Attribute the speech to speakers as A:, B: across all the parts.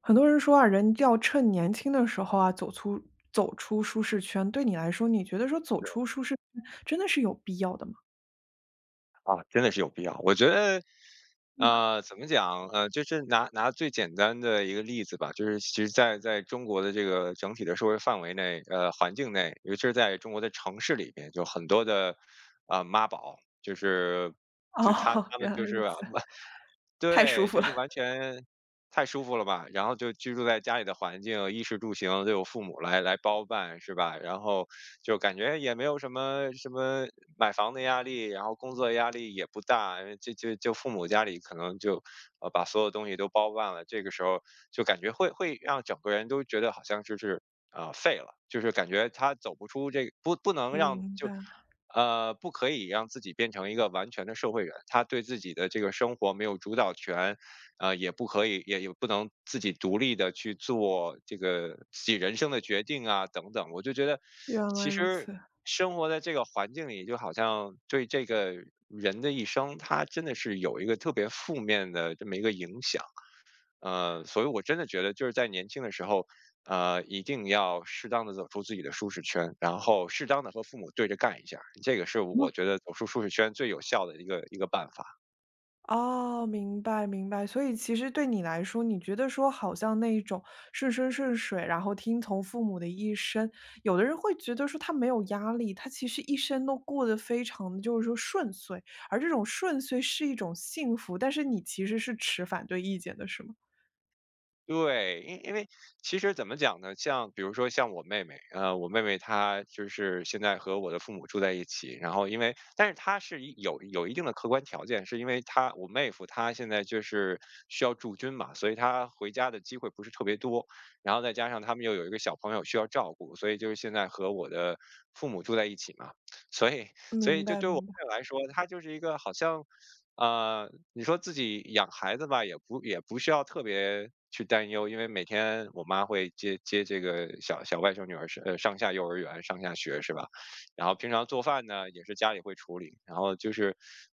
A: 很多人说啊，人要趁年轻的时候啊，走出舒适圈。对你来说，你觉得说走出舒适圈真的是有必要的吗？
B: 啊，真的是有必要。我觉得，怎么讲？就是拿最简单的一个例子吧，就是其实在中国的这个整体的社会范围内，环境内，尤其是在中国的城市里边，就很多的，啊妈宝，就是 就是他
A: 哦，
B: 他们
A: 原来
B: 就是
A: 如
B: 啊，
A: 此，太舒
B: 对，
A: 服
B: 就是
A: 了，
B: 完全太舒服了吧。然后就居住在家里的环境，衣食住行都有父母来包办，是吧？然后就感觉也没有什么买房的压力，然后工作压力也不大，就父母家里可能就把所有东西都包办了。这个时候就感觉会让整个人都觉得好像就是。啊、废了，就是感觉他走不出这个，不能让
A: 明
B: 就
A: 白，
B: 不可以让自己变成一个完全的社会人，他对自己的这个生活没有主导权，也不可以，也不能自己独立的去做这个自己人生的决定啊，等等。我就觉得，
A: 原
B: 其
A: 来如
B: 实
A: 此。
B: 生活在这个环境里，就好像对这个人的一生，他真的是有一个特别负面的这么一个影响。所以我真的觉得就是在年轻的时候，一定要适当的走出自己的舒适圈，然后适当的和父母对着干一下儿，这个是我觉得走出舒适圈最有效的一个办法。
A: 哦，明白明白。所以其实对你来说，你觉得说好像那一种顺风顺水，然后听从父母的一生，有的人会觉得说他没有压力，他其实一生都过得非常的就是说顺遂，而这种顺遂是一种幸福，但是你其实是持反对意见的，是吗？
B: 对，因为其实怎么讲呢？像比如说像我妹妹，我妹妹她就是现在和我的父母住在一起，然后因为，但是她是一有一定的客观条件，是因为她我妹夫他现在就是需要驻军嘛，所以他回家的机会不是特别多，然后再加上他们又有一个小朋友需要照顾，所以就是现在和我的父母住在一起嘛，所以所以
A: 明
B: 就
A: 白
B: 对我
A: 明白，
B: 妹来说，她就是一个好像。啊，你说自己养孩子吧，也不需要特别去担忧，因为每天我妈会接这个小外甥女儿是上下幼儿园、上下学，是吧？然后平常做饭呢也是家里会处理，然后就是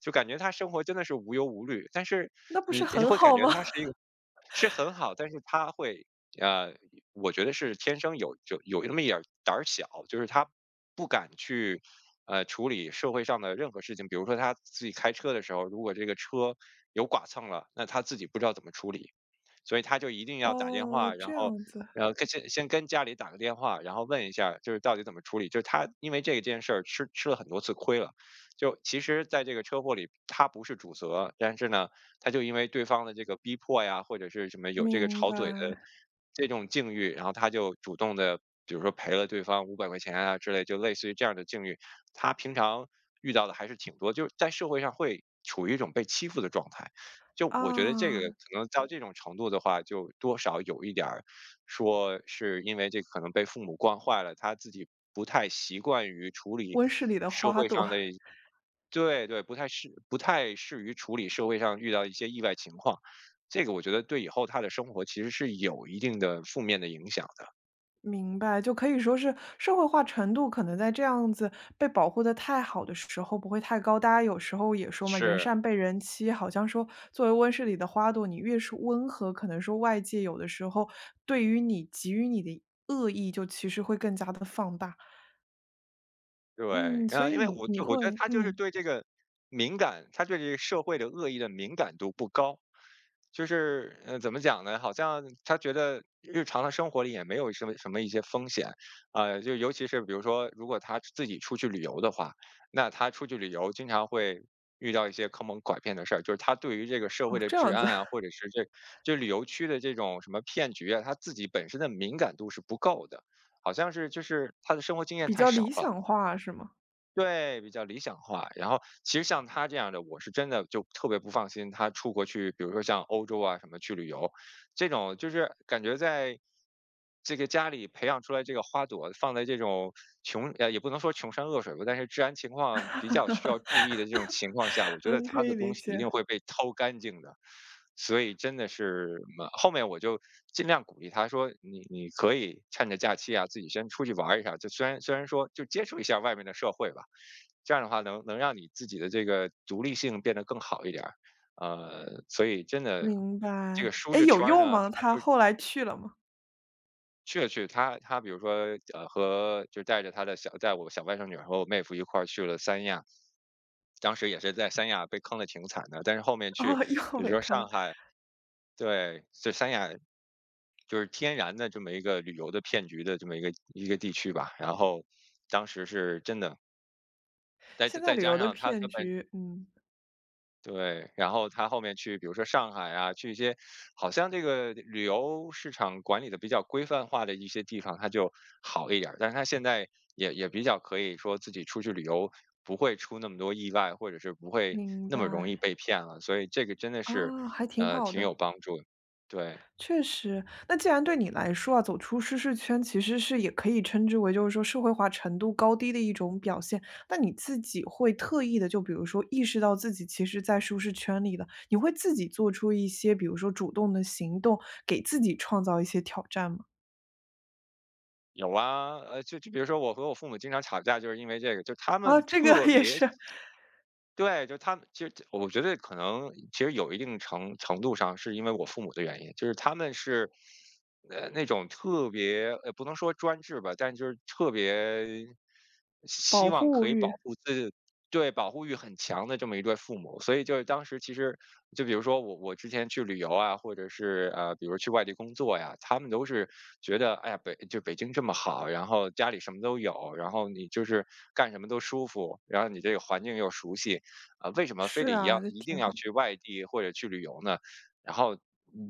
B: 就感觉她生活真的是无忧无虑，但是
A: 那不
B: 你
A: 是很
B: 会感
A: 好
B: 觉
A: 吗？
B: 她是一个， 是很好，但是她会呃，我觉得是天生有那么一点儿胆儿小，就是他不敢去，处理社会上的任何事情。比如说他自己开车的时候，如果这个车有剐蹭了，那他自己不知道怎么处理，所以他就一定要打电
A: 哦，
B: 话，然
A: 这
B: 后，
A: 样子，
B: 然后跟先跟家里打个电话，然后问一下就是到底怎么处理。就是他因为这件事儿吃了很多次亏了，就其实在这个车祸里他不是主责，但是呢，他就因为对方的这个逼迫呀，或者是什么有这个
A: 明
B: 吵嘴的
A: 白
B: 这种境遇，然后他就主动的，比如说赔了对方500块钱啊之类，就类似于这样的境遇，他平常遇到的还是挺多，就是在社会上会处于一种被欺负的状态。就我觉得这个
A: 啊，
B: 可能到这种程度的话，就多少有一点儿说是因为这可能被父母惯坏了，他自己不太习惯于处理
A: 温室里的
B: 社
A: 花
B: 会
A: 朵。
B: 上的，对对，不太适于处理社会上遇到一些意外情况。这个我觉得对以后他的生活其实是有一定的负面的影响的，
A: 明白，就可以说是社会化程度可能在这样子被保护的太好的时候不会太高。大家有时候也说嘛，人
B: 是。
A: 善被人欺，好像说作为温室里的花朵，你越是温和，可能说外界有的时候对于你给予你的恶意，就其实会更加的放大。
B: 对，
A: 嗯，所
B: 啊，因
A: 以
B: 为
A: 你你
B: 我觉得
A: 会
B: 他就是
A: 嗯，
B: 对这个敏感，他对这个社会的恶意的敏感度不高，就是怎么讲呢？好像他觉得日常的生活里也没有什么一些风险，就尤其是比如说，如果他自己出去旅游的话，那他出去旅游经常会遇到一些坑蒙拐骗的事儿，就是他对于这个社会
A: 哦，
B: 的
A: 这
B: 治
A: 样子
B: 安啊，或 者是这就旅游区的这种什么骗局啊，他自己本身的敏感度是不够的，好像是就是他的生活经验
A: 比
B: 太
A: 较
B: 少
A: 理
B: 了。
A: 想化是吗？
B: 对，比较理想化。然后其实像他这样的，我是真的就特别不放心他出国去，比如说像欧洲啊什么去旅游，这种就是感觉在这个家里培养出来这个花朵，放在这种穷，也不能说穷山恶水吧，但是治安情况比较需要注意的这种 情况下，我觉得
A: 嗯，可
B: 他的
A: 以
B: 东
A: 理
B: 西一
A: 解，
B: 定会被掏干净的。所以真的是，嗯，后面我就尽量鼓励他说，你可以趁着假期啊，自己先出去玩儿一下。就虽然说就接触一下外面的社会吧，这样的话能让你自己的这个独立性变得更好一点儿。所以真的
A: 明
B: 这个
A: 白。
B: 舒
A: 哎，
B: 适
A: 有
B: 圈儿
A: 用
B: 呢，
A: 吗？他后来去了吗？
B: 他他比如说，和就带着他的小，带我小外甥女儿和我妹夫一块儿去了三亚，当时也是在三亚被坑的挺惨的，但是后面去
A: 哦，又
B: 比如
A: 被
B: 说
A: 坑了。
B: 上海，对，这三亚就是天然的这么一个旅游的骗局的这么一个地区吧。然后当时是真的，再
A: 现在
B: 再
A: 旅
B: 加
A: 游的
B: 上他
A: 骗
B: 他本，
A: 局，嗯，
B: 对，然后他后面去，比如说上海啊，去一些好像这个旅游市场管理的比较规范化的一些地方，他就好一点儿。但是他现在也比较可以说自己出去旅游，不会出那么多意外，或者是不会
A: 明
B: 那么容易
A: 白。
B: 被骗了。所以这个真的是，
A: 啊，还挺好
B: 挺
A: 的，
B: 有帮助的。对，
A: 确实。那既然对你来说啊，走出舒适圈其实是也可以称之为就是说社会化程度高低的一种表现，那你自己会特意的，就比如说意识到自己其实在舒适圈里了，你会自己做出一些比如说主动的行动，给自己创造一些挑战吗？
B: 有啊，就比如说我和我父母经常吵架，就是因为这个，就他
A: 啊，
B: 们
A: 这个
B: 特
A: 也
B: 别，
A: 是
B: 对，就他们其实我觉得可能其实有一定程度上是因为我父母的原因，就是他们是，那种特别不能说专制吧，但就是特别希
A: 保
B: 望可
A: 护
B: 以保
A: 欲，
B: 护自己，对，保护欲很强的这么一对父母，所以就是当时其实就比如说我之前去旅游啊，或者是比如去外地工作呀，他们都是觉得哎呀，北京这么好，然后家里什么都有，然后你就是干什么都舒服，然后你这个环境又熟悉，啊、为什么非
A: 是
B: 得
A: 啊，
B: 要
A: 这
B: 一定
A: 挺
B: 要
A: 好，
B: 去外地或者去旅游呢？然后，嗯，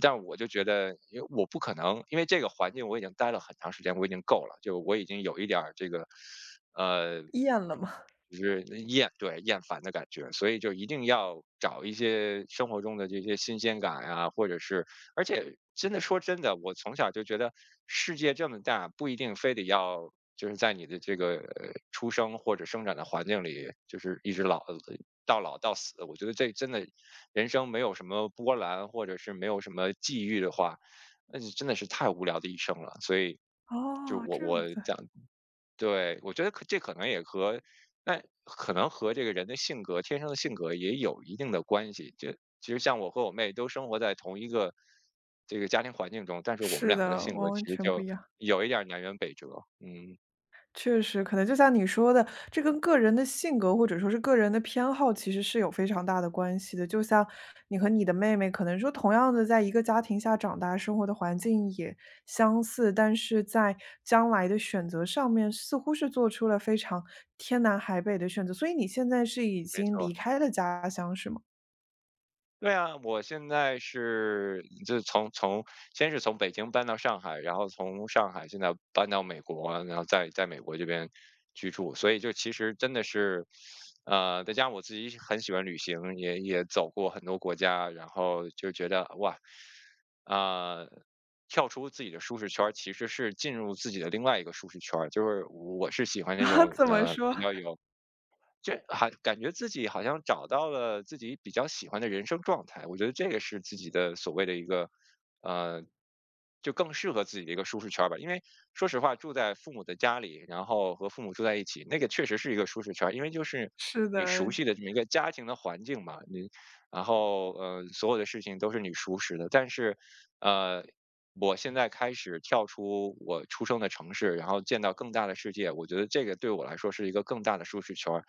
B: 但我就觉得，因为我不可能，因为这个环境我已经待了很长时间，我已经够了，就我已经有一点儿这个，呃。
A: 厌了嘛。
B: 就是厌，厌烦的感觉，所以就一定要找一些生活中的这些新鲜感啊，或者是而且真的说真的，我从小就觉得世界这么大，不一定非得要就是在你的这个出生或者生长的环境里，就是一直老到老到死。我觉得这真的人生没有什么波澜，或者是没有什么际遇的话，那就真的是太无聊的一生了。所以就
A: 哦，
B: 我
A: 这样
B: 我
A: 子，
B: 讲对，我觉得这可能也和那可能和这个人的性格，天生的性格也有一定的关系。就其实像我和我妹都生活在同一个这个家庭环境中，但是我们
A: 是
B: 两个的
A: 的，
B: 性
A: 完
B: 格其
A: 完
B: 实
A: 全不
B: 就
A: 一样。
B: 有一点儿南辕北辙。嗯，
A: 确实，可能就像你说的，这跟个人的性格或者说是个人的偏好，其实是有非常大的关系的。就像你和你的妹妹，可能说同样的在一个家庭下长大，生活的环境也相似，但是在将来的选择上面，似乎是做出了非常天南海北的选择。所以你现在是已
B: 没
A: 经
B: 错。
A: 离开了家乡，是吗？
B: 对啊，我现在是就从先是从北京搬到上海，然后从上海现在搬到美国，然后在美国这边居住，所以就其实真的是，再加上我自己很喜欢旅行，也走过很多国家，然后就觉得哇，啊、跳出自己的舒适圈儿，其实是进入自己的另外一个舒适圈儿，就是我是喜欢 那
A: 啊，
B: 种
A: 怎么
B: 比
A: 说？
B: 较 有这还感觉自己好像找到了自己比较喜欢的人生状态，我觉得这个是自己的所谓的一个，呃，就更适合自己的一个舒适圈儿吧。因为说实话，住在父母的家里，然后和父母住在一起，那个确实是一个舒适圈儿，因为就是
A: 是
B: 你熟
A: 的，
B: 悉的这么一个家庭的环境嘛，你然后所有的事情都是你熟识的。但是，呃，我现在开始跳出我出生的城市，然后见到更大的世界，我觉得这个对我来说是一个更大的舒适圈儿。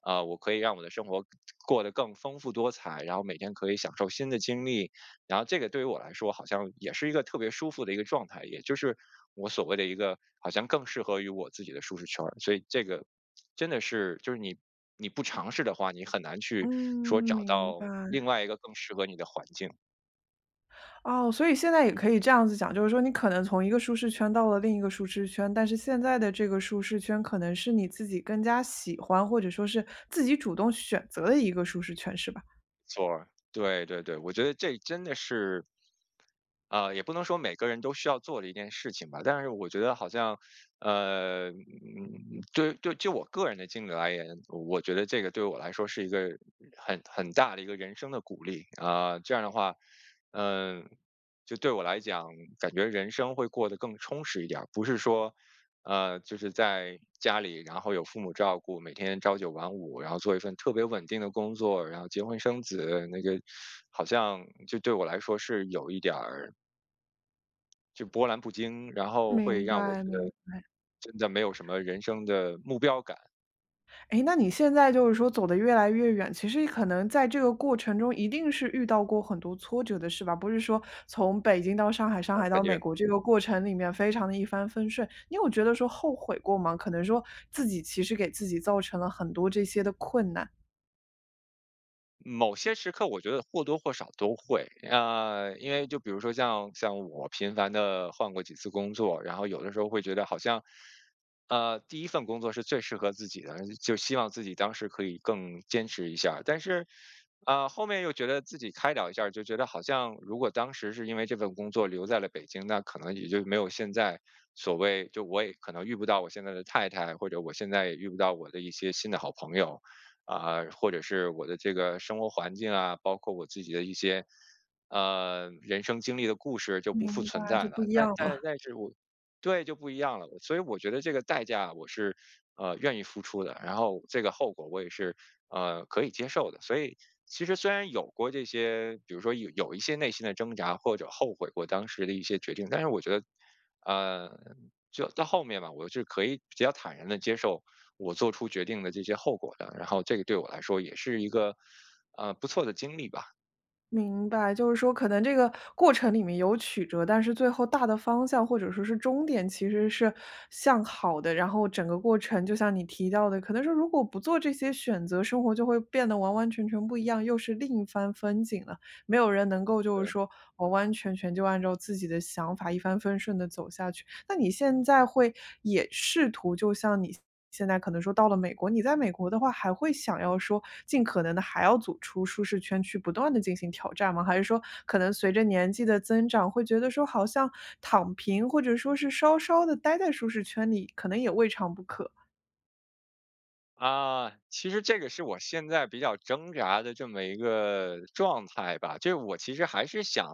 B: 我可以让我的生活过得更丰富多彩，然后每天可以享受新的经历，然后这个对于我来说好像也是一个特别舒服的一个状态，也就是我所谓的一个好像更适合于我自己的舒适圈儿。所以这个真的是就是你不尝试的话，你很难
A: 嗯，
B: 去说找
A: 明白。
B: 到另外一个更适合你的环境。
A: 哦，所以现在也可以这样子讲，就是说你可能从一个舒适圈到了另一个舒适圈，但是现在的这个舒适圈可能是你自己更加喜欢，或者说是自己主动选择的一个舒适圈，是吧？
B: 错儿对对对，我觉得这真的是，也不能说每个人都需要做的一件事情吧，但是我觉得好像，对对，就我个人的经历而言，我觉得这个对我来说是一个很大的一个人生的鼓励啊、这样的话，嗯、就对我来讲，感觉人生会过得更充实一点儿，不是说。就是在家里，然后有父母照顾，每天朝九晚五，然后做一份特别稳定的工作，然后结婚生子，那个好像就对我来说是有一点儿就波澜不惊，然后会
A: 明
B: 让我
A: 白，
B: 觉
A: 明
B: 得真的没有什么人生的目标感，
A: 诶，哎那你现在就是说走的越来越远，其实可能在这个过程中一定是遇到过很多挫折的，是吧？不是说从北京到上海，上海
B: 感
A: 到美
B: 觉
A: 国这个过程里面非常的一帆风顺，你有觉得说后悔过吗？可能说自己其实给自己造成了很多这些的困难。
B: 某些时刻我觉得或多或少都会，因为就比如说像我频繁的换过几次工作，然后有的时候会觉得好像，第一份工作是最适合自己的，就希望自己当时可以更坚持一下儿但是，后面又觉得自己开导一下儿就觉得好像如果当时是因为这份工作留在了北京，那可能也就没有现在所谓就我也可能遇不到我现在的太太，或者我现在也遇不到我的一些新的好朋友。或者是我的这个生活环境啊，包括我自己的一些人生经历的故事就不复
A: 明
B: 存
A: 白，
B: 在
A: 就不
B: 了。
A: 一样
B: 但但
A: 了。
B: 但是我对就不一样了，所以我觉得这个代价我是愿意付出的，然后这个后果我也是可以接受的。所以其实虽然有过这些，比如说有一些内心的挣扎或者后悔过当时的一些决定，但是我觉得。呃，就到后面嘛，我是可以比较坦然的接受我做出决定的这些后果的，然后这个对我来说也是一个，不错的经历吧，
A: 明白，就是说可能这个过程里面有曲折，但是最后大的方向或者说是终点其实是向好的。然后整个过程就像你提到的，可能说如果不做这些选择，生活就会变得完完全全不一样，又是另一番风景了。没有人能够就是
B: 对。
A: 说完完全全就按照自己的想法一帆风顺的走下去。那你现在会也试图就像你现在可能说到了美国，你在美国的话还会想要说尽可能的还要走出舒适圈去不断的进行挑战吗？还是说可能随着年纪的增长，会觉得说好像躺平，或者说是稍稍的待在舒适圈里，可能也未尝不可？
B: 啊，其实这个是我现在比较挣扎的这么一个状态吧，就是我其实还是想，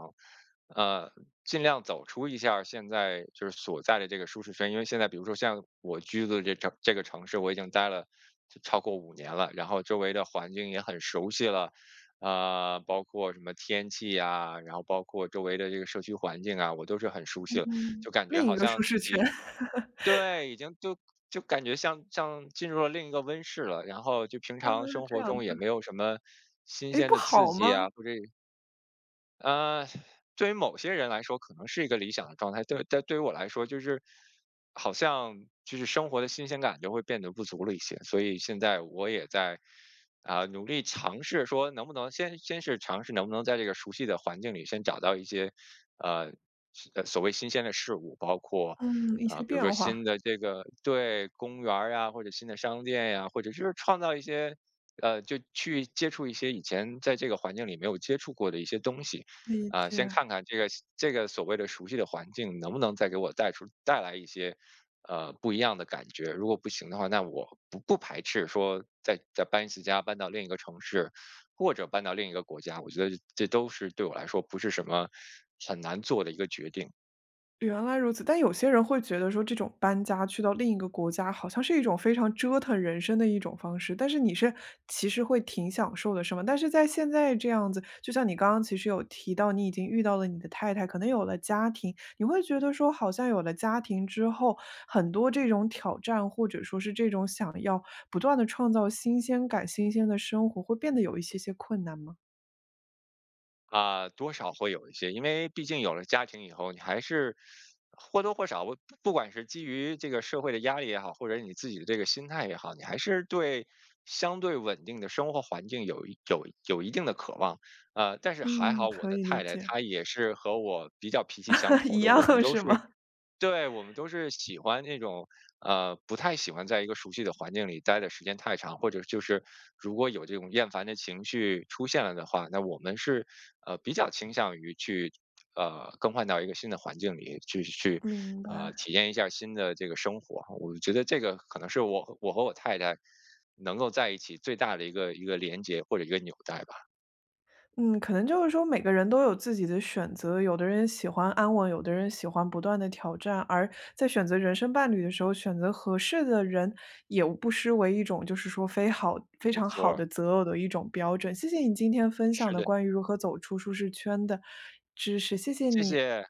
B: 呃，尽量走出一下儿现在就是所在的这个舒适圈，因为现在比如说像我居住的这个城市，我已经待了就超过五年了，然后周围的环境也很熟悉了，包括什么天气啊，然后包括周围的这个社区环境啊，我都是很熟悉了，
A: 嗯。
B: 就感觉
A: 另
B: 好
A: 一个舒
B: 像自
A: 适圈，
B: 己 对，已经就就感觉像进入了另一个温室了，然后就平
A: 啊，
B: 常生
A: 这
B: 活
A: 样
B: 中也
A: 子，
B: 没有什么新
A: 哎，
B: 鲜
A: 不
B: 的刺
A: 好吗？
B: 激啊，或者呃，对于某些人来说可能是一个理想的状态，对但对于我来说，就是好像就是生活的新鲜感就会变得不足了一些。所以现在我也在啊、努力尝试说能不能先是尝试能不能在这个熟悉的环境里先找到一些呃所谓新鲜的事物，包括。
A: 嗯，一
B: 啊，
A: 些
B: 比如说
A: 变化，
B: 新的这个对公园儿呀，或者新的商店呀，或者就是创造一些就去接触一些以前在这个环境里没有接触过的一些东西。
A: 理
B: 啊、先
A: 解。
B: 看看这个所谓的熟悉的环境能不能再给我带来一些不一样的感觉。如果不行的话，那我不排斥说再搬一次家，搬到另一个城市，或者搬到另一个国家。我觉得这都是对我来说不是什么很难做的一个决定。
A: 原来如此，但有些人会觉得说这种搬家去到另一个国家，好像是一种非常折腾人生的一种方式。但是你是其实会挺享受的，是吗？但是在现在这样子，就像你刚刚其实有提到，你已经遇到了你的太太，可能有了家庭，你会觉得说，好像有了家庭之后，很多这种挑战，或者说是这种想要不断的创造新鲜感、新鲜的生活，会变得有一些些困难吗？
B: 啊，多少会有一些，因为毕竟有了家庭以后，你还是或多或少，我不管是基于这个社会的压力也好，或者你自己的这个心态也好，你还是对相对稳定的生活环境有一定的渴望。但是还
A: 嗯，
B: 好我
A: 可
B: 的
A: 以理
B: 太太
A: 解，
B: 她也是和我比较脾气相 投
A: 一
B: 的，我们
A: 样
B: 都
A: 是
B: 是
A: 吗？
B: 对，我们都是喜欢那种，不太喜欢在一个熟悉的环境里待的时间太长，或者就是如果有这种厌烦的情绪出现了的话，那我们是比较倾向于去更换到一个新的环境里去
A: 明白。
B: 体验一下新的这个生活。我觉得这个可能是我和我太太能够在一起最大的一个连接或者一个纽带吧。
A: 嗯，可能就是说每个人都有自己的选择，有的人喜欢安稳，有的人喜欢不断的挑战，而在选择人生伴侣的时候，选择合适的人也不失为一种就是说非好非
B: 没
A: 常好
B: 错，
A: 的择偶的一种标准。谢谢你今天分享
B: 是
A: 的
B: 的，
A: 关于如何走出舒适圈的知识，谢谢
B: 谢
A: 你。
B: 谢。